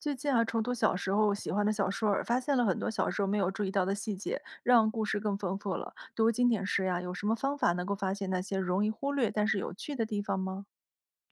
最近啊，重读小时候喜欢的小说儿发现了很多小时候没有注意到的细节，让故事更丰富了。读经典时呀，有什么方法能够发现那些容易忽略但是有趣的地方吗？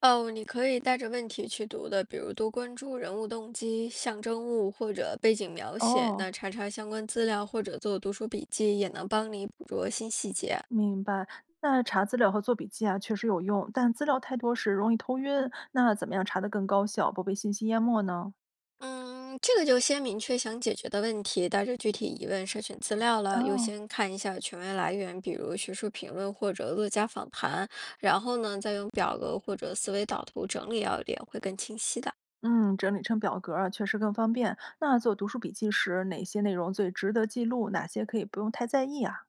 哦，你可以带着问题去读的，比如多关注人物动机、象征物或者背景描写，哦，那查查相关资料或者做读书笔记，也能帮你捕捉新细节。明白。那查资料和做笔记啊，确实有用，但资料太多时容易头晕。那怎么样查得更高效，不被信息淹没呢？嗯，这个就先明确想解决的问题，带着具体疑问筛选资料了，优哦。先看一下权威来源，比如学术评论或者作家访谈，然后呢，再用表格或者思维导图整理要点，会更清晰的。嗯，整理成表格儿啊，确实更方便。那做读书笔记时，哪些内容最值得记录？哪些可以不用太在意啊？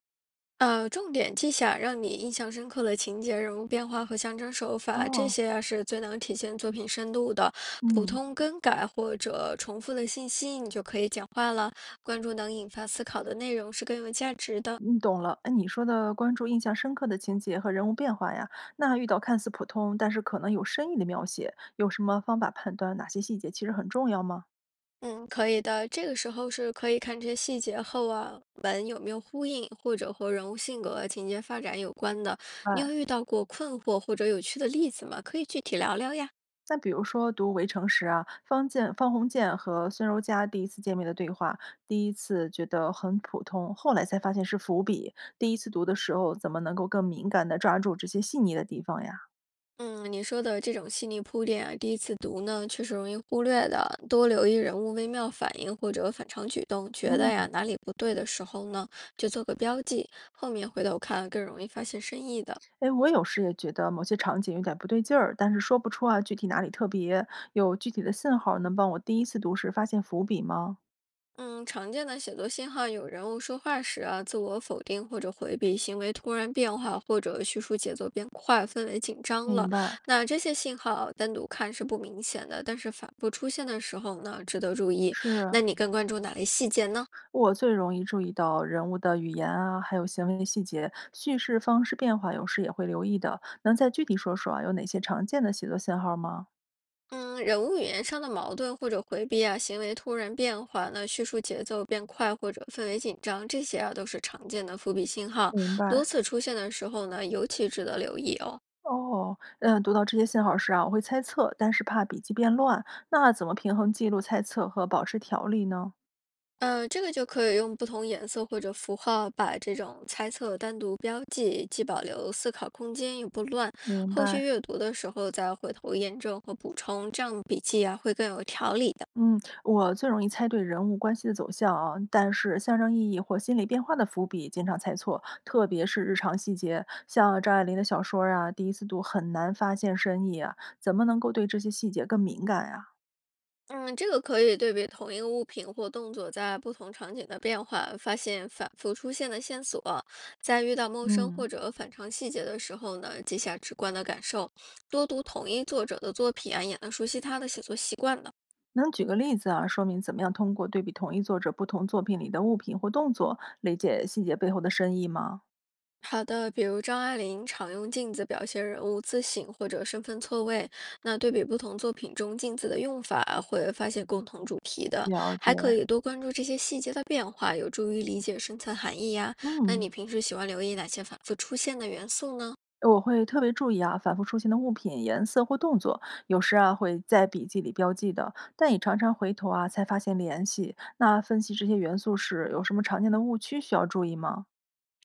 重点记下让你印象深刻的情节、人物变化和象征手法，这哦，些啊是最能体现作品深度的。普嗯，通更改或者重复的信息，你就可以简化了。关注能引发思考的内容是更有价值的。你懂了。哎，你说的关注印象深刻的情节和人物变化呀，那遇到看似普通，但是可能有深意的描写，有什么方法判断哪些细节其实很重要吗？嗯，可以的。这个时候是可以看这些细节后啊，文有没有呼应，或者和人物性格啊、情节发展有关的。你有哎，遇到过困惑或者有趣的例子吗？可以具体聊聊呀。那比如说读《围城》时啊，方建方鸿渐和孙柔嘉第一次见面的对话，第一次觉得很普通，后来才发现是伏笔。第一次读的时候，怎么能够更敏感地抓住这些细腻的地方呀？嗯，你说的这种细腻铺垫啊，第一次读呢，确实容易忽略的。多留意人物微妙反应或者反常举动，觉得嗯。呀哪里不对的时候呢，就做个标记，后面回头看更容易发现深意的。哎，我有时也觉得某些场景有点不对劲儿，但是说不出啊具体哪里特别。有具体的信号能帮我第一次读时发现伏笔吗？嗯，常见的写作信号有人物说话时啊，自我否定或者回避，行为突然变化，或者叙述节奏变快，氛围紧张明了。白，那这些信号单独看是不明显的，但是反复出现的时候呢，值得注意。是那你更关注哪类细节呢？我最容易注意到人物的语言啊，还有行为细节、叙事方式变化，有时也会留意的。能再具体说说啊，有哪些常见的写作信号吗？嗯，人物语言上的矛盾或者回避啊，行为突然变化，那叙述节奏变快或者氛围紧张，这些啊都是常见的伏笔信号，明多白。次出现的时候呢，尤其值得留意哦。哦，嗯，读到这些信号时啊，我会猜测，但是怕笔记变乱，那怎么平衡记录、猜测和保持条理呢？这个就可以用不同颜色或者符号把这种猜测单独标记，既保留思考空间又不乱。明后白。续阅读的时候再回头验证和补充，这样笔记啊会更有条理的。嗯，我最容易猜对人物关系的走向啊，但是象征意义或心理变化的伏笔经常猜错，特别是日常细节，像张爱玲的小说儿啊，第一次读很难发现深意啊，怎么能够对这些细节更敏感呀、嗯，这个可以对比同一个物品或动作在不同场景的变化，发现反复出现的线索。在遇到陌生嗯，或者反常细节的时候呢，记下直观的感受，多读同一作者的作品啊，也能熟悉他的写作习惯的。能举个例子啊，说明怎么样通过对比同一作者不同作品里的物品或动作，理解细节背后的深意吗？好的，比如张爱玲常用镜子表现人物自省或者身份错位，那对比不同作品中镜子的用法，会发现共同主题的，了解，还可以多关注这些细节的变化，有助于理解深层含义呀。那嗯。你平时喜欢留意哪些反复出现的元素呢？我会特别注意啊，反复出现的物品、颜色或动作，有时啊会在笔记里标记的，但也常常回头啊才发现联系。那分析这些元素时，有什么常见的误区需要注意吗？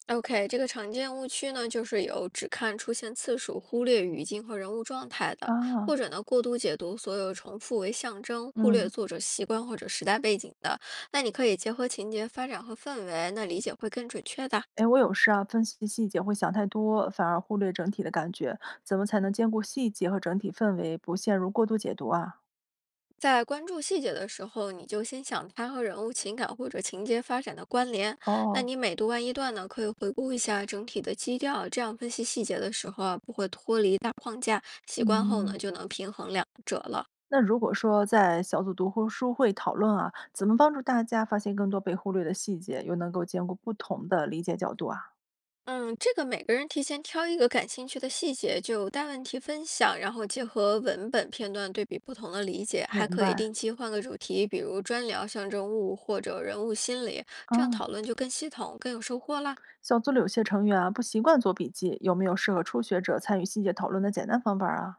OK,这个常见误区呢，就是有只看出现次数，忽略语境和人物状态的，啊，或者呢过度解读所有重复为象征，忽略嗯，作者习惯或者时代背景的。那你可以结合情节发展和氛围，那理解会更准确的。哎，我有时啊分析细节会想太多，反而忽略整体的感觉。怎么才能兼顾细节和整体氛围，不陷入过度解读啊？在关注细节的时候，你就先想它和人物情感或者情节发展的关联。那哦，你每读完一段呢，可以回顾一下整体的基调，这样分析细节的时候啊，不会脱离大框架。习惯后呢，嗯。就能平衡两者了。那如果说在小组读书会讨论啊，怎么帮助大家发现更多被忽略的细节，又能够兼顾不同的理解角度啊？嗯，这个每个人提前挑一个感兴趣的细节，就大问题分享，然后结合文本片段对比不同的理解，还明可以白定期换个主题，比如专聊象征物或者人物心理，啊，这样讨论就更系统、更有收获啦。小组里有些成员啊不习惯做笔记，有没有适合初学者参与细节讨论的简单方法啊？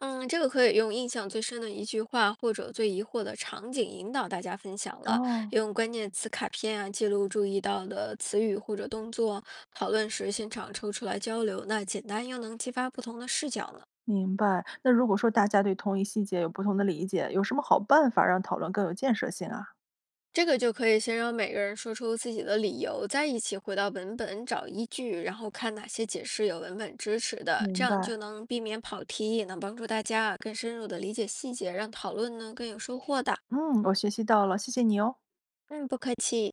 嗯，这个可以用印象最深的一句话或者最疑惑的场景引导大家分享了，哦，用关键词卡片啊记录注意到的词语或者动作，讨论时现场抽出来交流，那简单又能激发不同的视角呢。明白。那如果说大家对同一细节有不同的理解，有什么好办法让讨论更有建设性啊？这个就可以先让每个人说出自己的理由，再一起回到文本找依据，然后看哪些解释有文本支持的，这明样就白。能避免跑题，也能帮助大家啊更深入的理解细节，让讨论呢更有收获的。嗯，我学习到了，谢谢你哦。嗯，不客气。